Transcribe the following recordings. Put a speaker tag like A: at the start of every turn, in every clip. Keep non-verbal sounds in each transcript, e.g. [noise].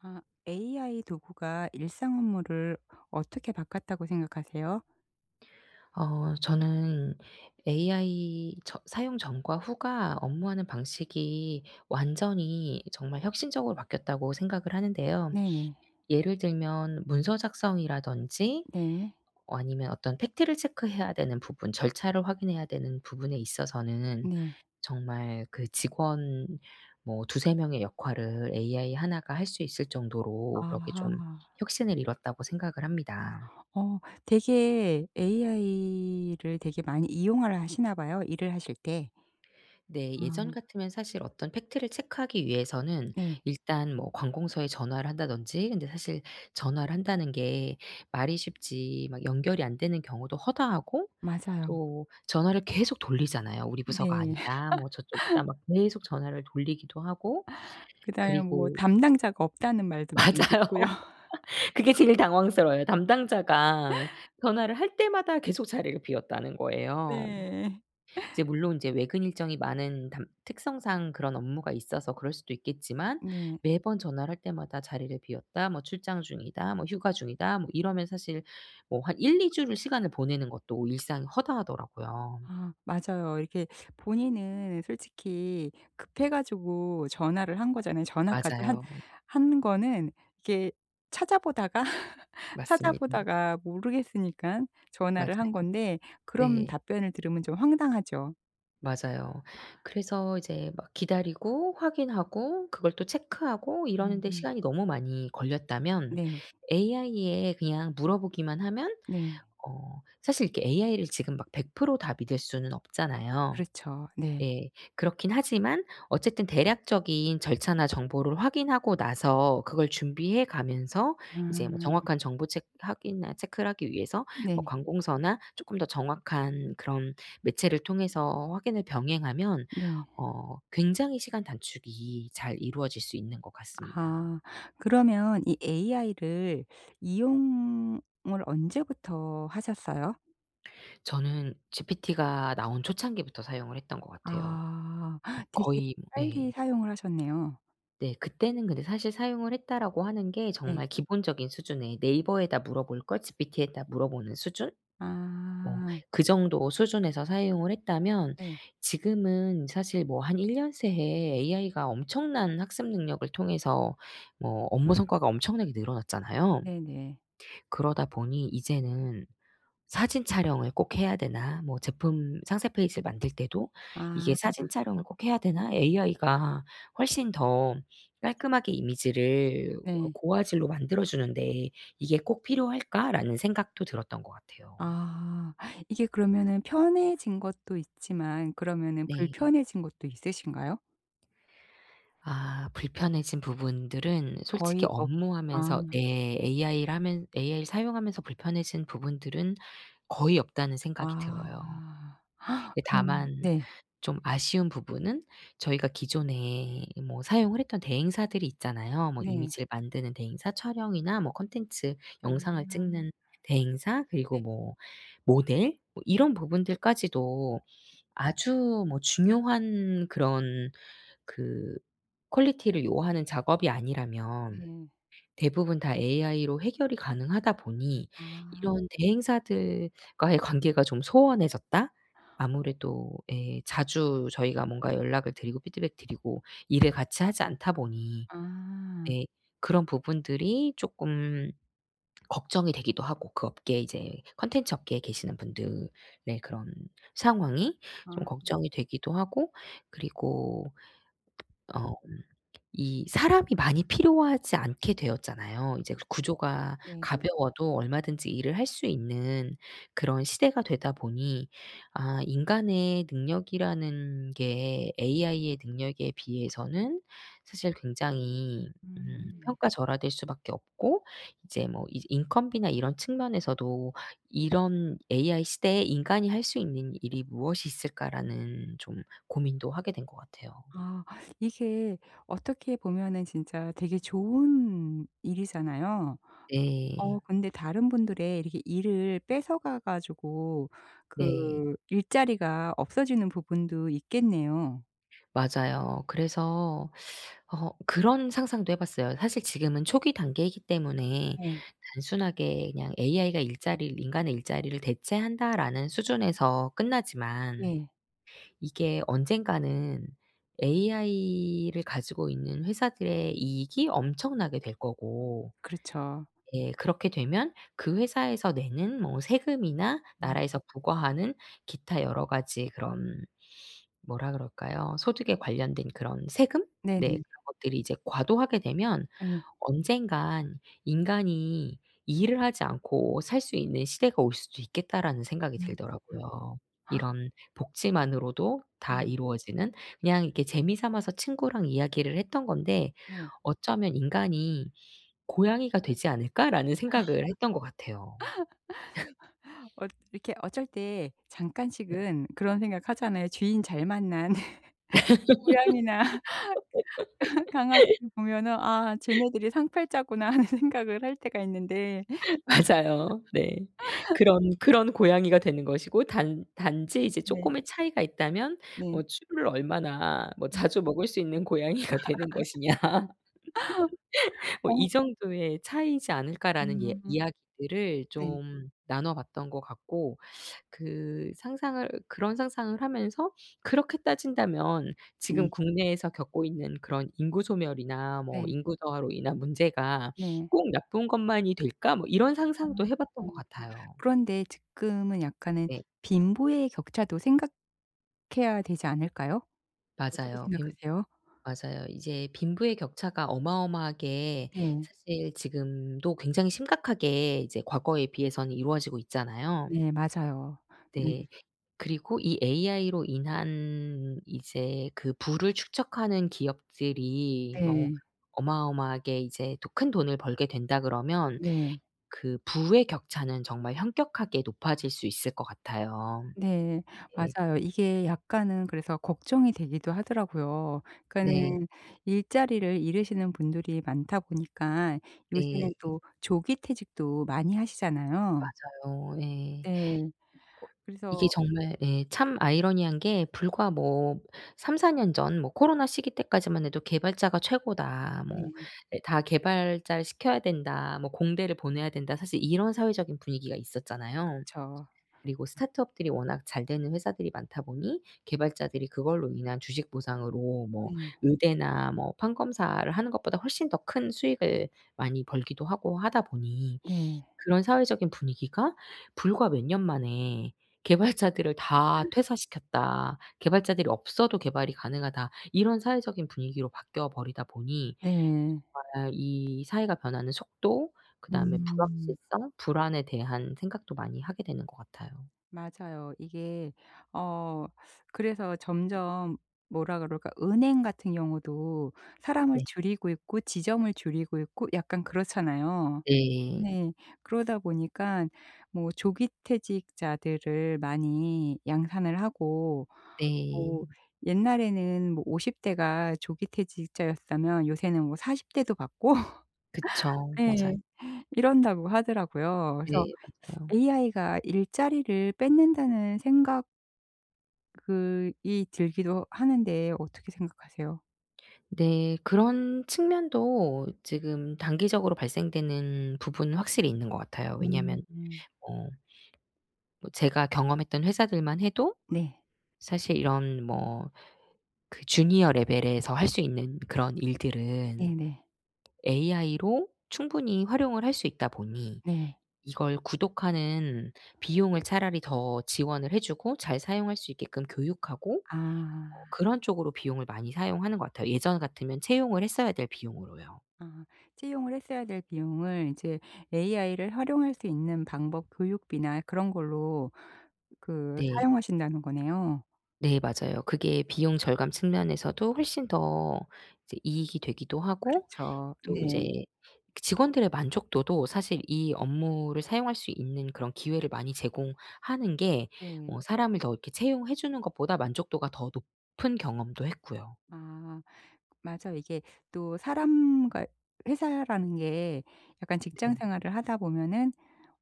A: 아, AI 도구가 일상 업무를 어떻게 바꿨다고 생각하세요?
B: 저는 AI 사용 전과 후가 업무하는 방식이 완전히 정말 혁신적으로 바뀌었다고 생각을 하는데요.
A: 네네.
B: 예를 들면 문서 작성이라든지
A: 네.
B: 아니면 어떤 팩트를 체크해야 되는 부분, 절차를 확인해야 되는 부분에 있어서는
A: 네.
B: 정말 그 직원 뭐 두세 명의 역할을 AI 하나가 할 수 있을 정도로 그렇게 좀
A: 아.
B: 혁신을 이뤘다고 생각을 합니다.
A: 어 되게 AI를 되게 많이 이용을 하시나 봐요, 일을 하실 때.
B: 네. 예전
A: 아
B: 같으면 사실 어떤 팩트를 체크하기 위해서는
A: 네.
B: 일단 뭐 관공서에 전화를 한다든지. 근데 사실 전화를 한다는 게 말이 쉽지, 막 연결이 안 되는 경우도 허다하고
A: 맞아요.
B: 또 전화를 계속 돌리잖아요. "우리 부서가
A: 네. [laughs]
B: 아니다." 뭐 "저쪽이다." 막 계속 전화를 돌리기도 하고
A: 그다음에 뭐
B: 그리고
A: 담당자가 없다는
B: [laughs]
A: 말도 많이
B: 맞아요.
A: 듣고요.
B: [laughs]
A: [laughs]
B: 그게 제일 당황스러워요. 담당자가 전화를 할 때마다 계속 자리를 비웠다는 거예요.
A: 네.
B: 이제 물론 이제 외근 일정이 많은 담 특성상 그런 업무가 있어서 그럴 수도 있겠지만,
A: 네.
B: 매번 전화를 할 때마다 "자리를 비웠다." 뭐 "출장 중이다." 뭐 "휴가 중이다." 뭐 이러면 사실 뭐 한 1~2 주를 시간을 보내는 것도 일상이 허다하더라고요.
A: 아 맞아요. 이렇게 본인은 솔직히 급해 가지고 전화를 한 거잖아요. 전화까지 한
B: 맞아요.
A: 한 거는 이게 찾아보다가, [laughs]
B: 맞습니다.
A: 찾아보다가 모르겠으니까 전화를 한
B: 맞아요.
A: 건데 그런
B: 네.
A: 답변을 들으면 좀 황당하죠.
B: 맞아요. 그래서 이제 막 기다리고 확인하고 그걸 또 체크하고
A: 음.
B: 이러는데
A: 음.
B: 시간이 너무 많이 걸렸다면,
A: 네.
B: AI에 그냥 물어보기만 하면,
A: 네.
B: 사실 이렇게 AI를 지금 막 100%다 믿을 수는 없잖아요.
A: 그렇죠. 네.
B: 예. 그렇긴 하지만 어쨌든 대략적인 절차나 정보를 확인하고 나서 그걸 준비해 가면서 이제 뭐
A: 음.
B: 정확한 정보 체 확인이나 체크를 하기 위해서 뭐
A: 네.
B: 관공서나 조금 더 정확한 그런 매체를 통해서 확인을 병행하면
A: 네.
B: 굉장히 시간 단축이 잘 이루어질 수 있는 것 같습니다.
A: 아 그러면 이 AI를 이용을 언제부터 하셨어요?
B: 저는 GPT가 나온 초창기부터 사용을 했던 것 같아요.
A: 아 되게
B: 거의 뭐,
A: 빨리
B: 예.
A: 사용을 하셨네요.
B: 네. 그때는 근데 사실 사용을 했다라고 하는 게
A: 네.
B: 정말 기본적인 수준의, 네이버에다 물어볼 걸 GPT에다 물어보는 수준? 뭐
A: 아
B: 그 정도 수준에서 사용을 했다면
A: 네.
B: 지금은 사실 뭐 한 1년 새에 AI가 엄청난 학습 능력을 통해서 뭐 업무 성과가 엄청나게 늘어났잖아요.
A: 네네.
B: 그러다 보니 이제는 '사진 촬영을 꼭 해야 되나?' 뭐, 제품 상세 페이지를 만들 때도 '이게
A: 아
B: 사진 촬영을 꼭 해야 되나?' AI가 훨씬 더 깔끔하게 이미지를
A: 네.
B: 고화질로 만들어 주는데 '이게 꼭 필요할까?'라는 생각도 들었던 것 같아요.
A: 아 이게 그러면은 편해진 것도 있지만 그러면은
B: 네.
A: 불편해진 것도 있으신가요?
B: 아, 불편해진 부분들은 솔직히
A: 거의 없
B: 업무하면서,
A: 아
B: 네, AI를 사용하면서 불편해진 부분들은 거의 없다는 생각이 들어요.
A: 아. [gasps]
B: 근데
A: 그럼
B: 다만
A: 네.
B: 좀 아쉬운 부분은, 저희가 기존에 뭐 사용을 했던 대행사들이 있잖아요. 뭐
A: 네.
B: 이미지를 만드는 대행사, 촬영이나 뭐 콘텐츠 영상을
A: 아
B: 찍는 대행사, 그리고
A: 네
B: 뭐 모델, 뭐 이런 부분들까지도 아주 뭐 중요한 그런 그 퀄리티를 요하는 작업이 아니라면
A: 네.
B: 대부분 다 AI로 해결이 가능하다 보니
A: 아
B: 이런 대행사들과의 관계가 좀 소원해졌다? 아무래도 예 자주 저희가 뭔가 연락을 드리고 피드백 드리고 일을 같이 하지 않다 보니,
A: 아.
B: 네, 그런 부분들이 쪼끔 걱정이 되기도 하고, 그 업계, 이제 콘텐츠 업계에 계시는 분들의 그런 상황이 좀
A: 아
B: 걱정이 되기도 하고, 그리고 어 이 사람이 많이 필요하지 않게 되었잖아요. 이제 그 구조가
A: 네네.
B: 가벼워도 얼마든지 일을 할 수 있는 그런 시대가 되다 보니, 아, 인간의 능력이라는 게 AI의 능력에 비해서는 사실 굉장히
A: 음.
B: 평가절하될 수밖에 없고, 이제 뭐 이 인건비나 이런 측면에서도 '이런 AI 시대에 인간이 할 수 있는 일이 무엇이 있을까.'라는 좀 고민도 하게 된 것 같아요.
A: 아 이게 어떻게 보면은 진짜 되게 좋은 일이잖아요. 어
B: 네.
A: 근데 다른 분들의 이렇게 일을 뺏어가 가지고
B: 네.
A: 그 일자리가 없어지는 부분도 있겠네요.
B: 맞아요. 그래서 그런 상상도 해 봤어요. 사실 지금은 초기 단계이기 때문에
A: 네.
B: 단순하게 그냥 'AI가 일자리를 인간의 일자리를 대체한다.'라는 수준에서 끝나지만
A: 네.
B: 이게 언젠가는 AI를 가지고 있는 회사들의 이익이 엄청나게 될 거고.
A: 그렇죠.
B: 예. 그렇게 되면 그 회사에서 내는 뭐 세금이나
A: 음
B: 나라에서 부과하는 기타 여러 가지 그런, 뭐라 그럴까요? 소득에 관련된 그런 세금? 네.
A: 네네.
B: 그런 것들이 이제 과도하게 되면
A: 네.
B: 언젠간 '인간이 일을 하지 않고 살 수 있는 시대가 올 수도 있겠다.'라는 생각이
A: 음 음
B: 들더라고요. 이런 복지만으로도 다
A: 네.
B: 이루어지는, 그냥 이렇게 재미 삼아서 친구랑 이야기를 했던 건데
A: 네.
B: '어쩌면 인간이 고양이가 되지 않을까?'라는 생각을 했던 것 같아요.
A: 어 이렇게 어쩔 때
B: [laughs] 네.
A: 잠깐씩은 그런 생각하잖아요. 주인 잘 만난 [laughs] 고양이나 [laughs] 강아지를 보면은 '아 쟤네들이 상팔자구나.' 하는 생각을 할 때가 있는데
B: 맞아요. 네. 그런 고양이가 되는 것이고, 단 단지 이제
A: 네.
B: 쪼끔의 차이가 있다면
A: 네.
B: 뭐 '추루를 얼마나 뭐
A: 네.
B: 자주 먹을 수 있는 고양이가 되는 것이냐.' 뭐
A: 어
B: 이 정도의 차이지 않을까라는, 예,
A: 음.
B: 이야기들을
A: 네.
B: 좀 나눠 봤던 것 같고, 그 상상을 그런 상상을 하면서 그렇게 따진다면 지금
A: 네.
B: 국내에서 겪고 있는 그런 인구 소멸이나 뭐
A: 네.
B: 인구 저하로 인한 문제가
A: 네.
B: '꼭 나쁜 것만이 될까?' 뭐 이런
A: 아
B: 상상도 해 봤던
A: 음.
B: 것 같아요.
A: 그런데 지금은 약간은
B: 네.
A: 빈부의 격차도 생각해야 되지 않을까요? 어떻게
B: 맞아요. 빈
A: 생각하세요?
B: 맞아요. 이제 빈부의 격차가 어마어마하게,
A: 네.
B: 사실 지금도 굉장히 심각하게 이제 과거에 비해서는 이루어지고 있잖아요.
A: 네 맞아요. 네.
B: 네. 그리고 이 AI로 인한 이제 그 부를 축적하는 기업들이 뭐
A: 네.
B: 어마어마하게 이제 또 큰 돈을 벌게 된다 그러면
A: 네.
B: 그 부의 격차는 정말 현격하게 높아질 수 있을 것 같아요.
A: 네.
B: 네.
A: 맞아요. 이게 약간은 그래서 걱정이 되기도 하더라고요.
B: 네.
A: 그러니까는 일자리를 잃으시는 분들이 많다 보니까
B: 네.
A: 요새는 또 조기 퇴직도 많이 하시잖아요.
B: 맞아요. 예.
A: 네.
B: 어 이게
A: 그래서
B: 정말, 예, 참 아이러니한 게 불과 뭐 3~4년 전, 뭐 코로나 시기 때까지만 해도 "개발자가 최고다." 뭐
A: 네.
B: 예 "다 개발자를 시켜야 된다." 뭐 "공대를 보내야 된다." 사실 이런 사회적인 분위기가 있었잖아요.
A: 그쵸.
B: 그리고 스타트업들이 워낙 잘 되는 회사들이 많다 보니 개발자들이 그걸로 인한 주식 보상으로 뭐
A: 네.
B: 의대나 뭐 판검사를 하는 것보다 훨씬 더 큰 수익을 많이 벌기도 하고 하다 보니,
A: 네.
B: 그런 사회적인 분위기가 불과 몇 년 만에 '개발자들을 다 퇴사시켰다. 개발자들이 없어도 개발이 가능하다.' 이런 사회적인 분위기로 바뀌어 버리다 보니
A: 네.
B: 정말 이 사회가 변하는 속도, 그다음에
A: 음.
B: 불확실성, 불안에 대한 생각도 많이 하게 되는 것 같아요.
A: 맞아요. 이게 어 그래서 점점 뭐라 그럴까 은행 같은 경우도 사람을
B: 네.
A: 줄이고 있고 지점을 줄이고 있고 약간 그렇잖아요.
B: 네.
A: 네. 그러다 보니까 뭐 조기 퇴직자들을 많이 양산을 하고 뭐
B: 네.
A: 옛날에는 뭐 50 대가 조기 퇴직자였다면 요새는 뭐 40 대도 받고
B: 그쵸. 맞아요.
A: 예. 이런다고 하더라고요. 그래서
B: 네. 맞아요.
A: 'AI가 일자리를 뺏는다.'는 생각이 들기도 하는데 어떻게 생각하세요?
B: 네. 그런 측면도 지금 단기적으로 발생되는 부분은 확실히 있는 것 같아요. 왜냐하면
A: 음.
B: 어 뭐 제가 경험했던 회사들만 해도
A: 네. 네.
B: 사실 이런 뭐 그 주니어 레벨에서 할 수 있는 그런 일들은
A: 네네.
B: AI로 충분히 활용을 할 수 있다 보니,
A: 네.
B: 이걸 구독하는 비용을 차라리 더 지원을 해 주고 잘 사용할 수 있게끔 교육하고,
A: 아.
B: 그런 쪽으로 비용을 많이 사용하는 것 같아요. 예전 같으면 채용을 했어야 될 비용으로요.
A: 아. 채용을 했어야 될 비용을 이제 AI를 활용할 수 있는 방법 교육비나 그런 걸로 그
B: 네.
A: 사용하신다는 거네요.
B: 네 맞아요. 그게 비용 절감 측면에서도 훨씬 더 이제 이익이 되기도 하고,
A: 그렇죠.
B: 또
A: 네.
B: 이제 직원들의 만족도도, 사실 이 업무를 사용할 수 있는 그런 기회를 많이 제공하는 게
A: 네.
B: 사람을 더 이렇게 채용해 주는 것보다 만족도가 더 높은 경험도 했고요.
A: 아. 맞아요. 이게 또 사람과 회사라는 게 약간 직장
B: 네.
A: 생활을 하다 보면은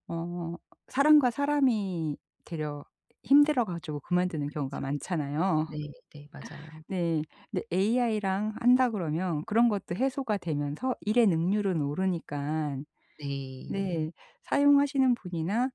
A: 어 사람과 사람이 되려 힘들어 가지고 그만두는 경우가 많잖아요.
B: 네. 네. 맞아요.
A: 네. 근데 AI랑 한다 그러면 그런 것도 해소가 되면서 일의 능률은 오르니깐
B: 네.
A: 네. 사용하시는 분이나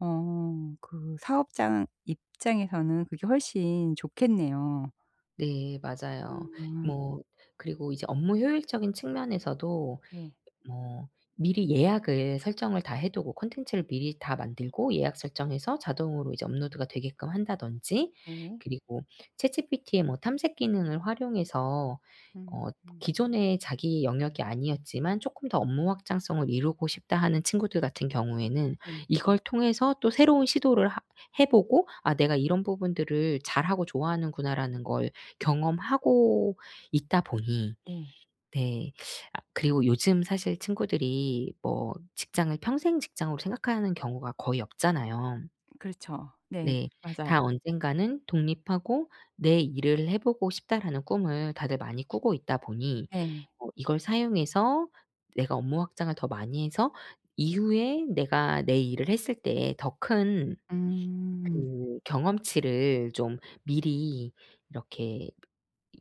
A: 어 그 사업장 입장에서는 그게 훨씬 좋겠네요.
B: 네 맞아요.
A: 아
B: 뭐 그리고 이제 업무 효율적인 측면에서도
A: 네.
B: 뭐 미리 예약을 설정을 다 해 두고 콘텐츠를 미리 다 만들고 예약 설정해서 자동으로 이제 업로드가 되게끔 한다든지,
A: 네.
B: 그리고 챗GPT의 뭐 탐색 기능을 활용해서
A: 음.
B: 어
A: 음.
B: 기존에 자기 영역이 아니었지만 조금 더 업무 확장성을 이루고 싶다 하는 친구들 같은 경우에는
A: 네.
B: 이걸 통해서 또 새로운 시도를 하 해 보고 '아, 내가 이런 부분들을 잘하고 좋아하는구나.'라는 걸 경험하고 있다 보니,
A: 네.
B: 네. 아, 그리고 요즘 사실 친구들이 뭐 직장을 평생 직장으로 생각하는 경우가 거의 없잖아요.
A: 그렇죠. 네.
B: 네.
A: 맞아요.
B: 다 언젠가는 독립하고 '내 일을 해 보고 싶다.'라는 꿈을 다들 많이 꾸고 있다 보니
A: 네.
B: 이걸 사용해서 내가 업무 확장을 더 많이 해서 이후에 내가 내 일을 했을 때 더 큰
A: 음.
B: 그 경험치를 좀 미리 이렇게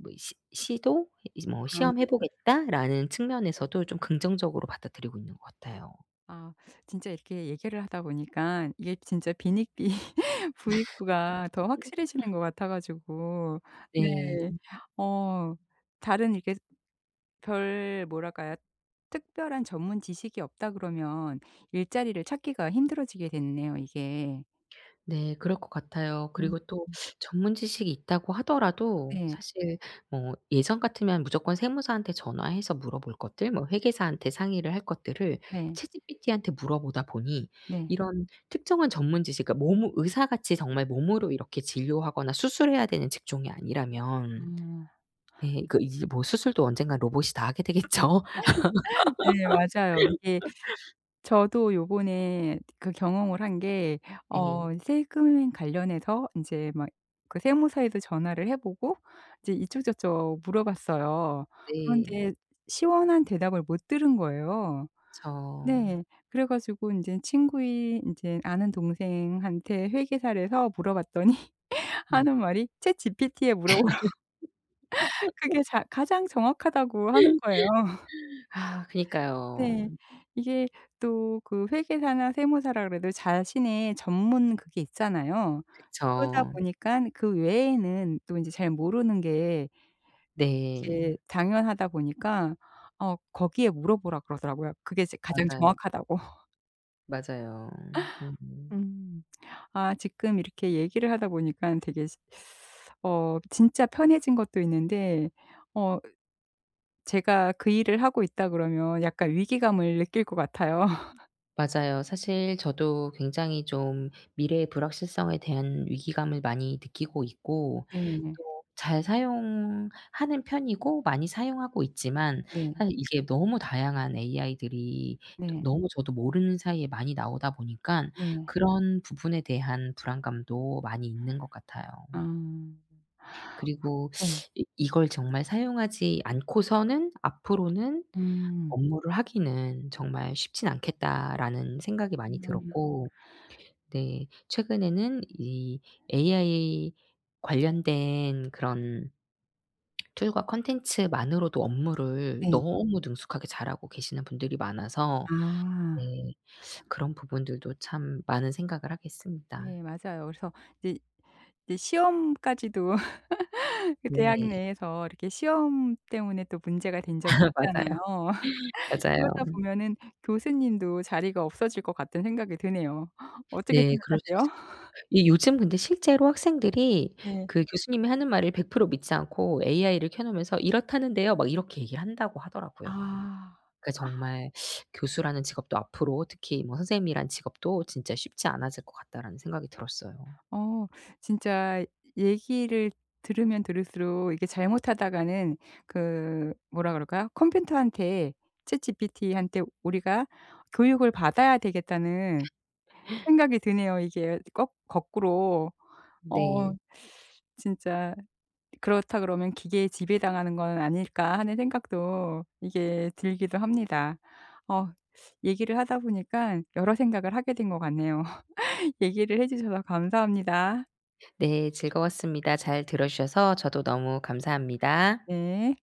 B: 뭐 시 시도, 이제 뭐 '시험해
A: 아.
B: 보겠다.'라는 측면에서도 좀 긍정적으로 받아들이고 있는 것 같아요.
A: 아 진짜 이렇게 얘기를 하다 보니까 이게 진짜 비닉비 [laughs] 부익부가 더 확실해지는 것 같아 가지고
B: 네.
A: 네. 어 다른 이렇게 별 뭐랄까요? 특별한 전문 지식이 없다 그러면 일자리를 찾기가 힘들어지게 됐네요 이게.
B: 네 그럴 것 같아요.
A: 음.
B: 그리고 또 전문 지식이 있다고 하더라도
A: 네.
B: 사실 뭐 예전 같으면 무조건 세무사한테 전화해서 물어볼 것들, 뭐 회계사한테 상의를 할 것들을
A: 네.
B: 챗GPT한테 물어보다 보니
A: 네.
B: 이런 특정한 전문 지식, 그러니까 몸 의사같이 정말 몸으로 이렇게 진료하거나 수술해야 되는 직종이
A: 아.
B: 아니라면,
A: 음.
B: 예, 그 이제 뭐 수술도 언젠간 로봇이 다 하게 되겠죠.
A: 네 맞아요. 이게 저도 요번에 그 경험을 한 게
B: 네.
A: 어 세금 관련해서 인제 막 그 세무사에도 전화를 해 보고 이제 이쪽저쪽 물어봤어요.
B: 네.
A: 그런데 시원한 대답을 못 들은 거예요.
B: 그쵸.
A: 네. 그래 가지고 인제 친구인 인제 아는 동생한테 회계사래서 물어봤더니 [laughs]
B: 네.
A: 하는 말이 "챗GPT에 물어보라." 그게 자 가장 정확하다고 하는 거예요.
B: 아, 그니까요.
A: 네. 이게 또 그 회계사나 세무사라 그래도 자신의 전문 그게 있잖아요. 그러다
B: 그쵸.
A: 보니깐 그 외에는 또 인제 잘 모르는 게
B: 네.
A: 이게 당연하다 보니까 어 거기에 물어보라 그러더라고요. 그게 이제 가장
B: 맞아요,
A: 정확하다고.
B: 맞아요. 음.
A: 음. [laughs] 아 지금 이렇게 얘기를 하다 보니깐 되게 시 어 진짜 편해진 것도 있는데 어 제가 그 일을 하고 있다 그러면 약간 위기감을 느낄 것 같아요.
B: 맞아요. 사실 저도 굉장히 좀 미래의 불확실성에 대한 위기감을 많이 느끼고 있고,
A: 네.
B: 또 잘 사용하는 편이고 많이 사용하고 있지만,
A: 네.
B: 사실 이게 너무 다양한 AI들이 또
A: 네.
B: 너무 저도 모르는 사이에 많이 나오다 보니깐
A: 네.
B: 그런 부분에 대한 불안감도 많이 있는 것 같아요.
A: 아.
B: 그리고
A: 네.
B: 이 이걸 정말 사용하지 않고서는 앞으로는
A: 음.
B: 업무를 하기는 정말 쉽진 않겠다라는 생각이 많이
A: 음
B: 들었고, 네, 최근에는 이 AI 관련된 그런 툴과 콘텐츠만으로도 업무를
A: 네.
B: 너무 능숙하게 잘하고 계시는 분들이 많아서, 네,
A: 아.
B: 그런 부분들도 참 많은 생각을 하게 했습니다.
A: 네 맞아요. 그래서 이제 이제 시험까지도 [laughs] 그 대학
B: 네.
A: 내에서 이렇게 시험 때문에 또 문제가 된 적이
B: [laughs]
A: 있잖아요.
B: 맞아요.
A: [laughs]
B: 맞아요.
A: 이러다 보면은 교수님도 자리가 없어질 것 같다는 생각이 드네요. [gasps] 어떻게
B: 네. 그럴 수
A: 생각하세요?
B: 있을 거예요.
A: [laughs]
B: 이 요즘 근데 실제로 학생들이
A: 네.
B: 그 교수님이 하는 말을 100% 믿지 않고 AI를 켜 놓으면서 "이렇다는데요." 막 이렇게 얘기를 한다고 하더라고요.
A: 아.
B: 그러니까 정말 교수라는 직업도 앞으로, 특히 뭐 선생님이란 직업도 진짜 쉽지 않아질 것 같다라는 생각이 들었어요.
A: 어 진짜 얘기를 들으면 들을수록 이게 잘못하다가는 그 뭐라 그럴까요? 컴퓨터한테 챗GPT한테 우리가 교육을 받아야 되겠다는 생각이 드네요. 이게 거 거꾸로 어
B: 네.
A: 진짜 '그렇다 그러면 기계에 지배당하는 건 아닐까.' 하는 생각도 이게 들기도 합니다. 어 얘기를 하다 보니까 여러 생각을 하게 된 것 같네요. [laughs] 얘기를 해 주셔서 감사합니다.
B: 네. 즐거웠습니다. 잘 들어 주셔서 저도 너무 감사합니다.
A: 네.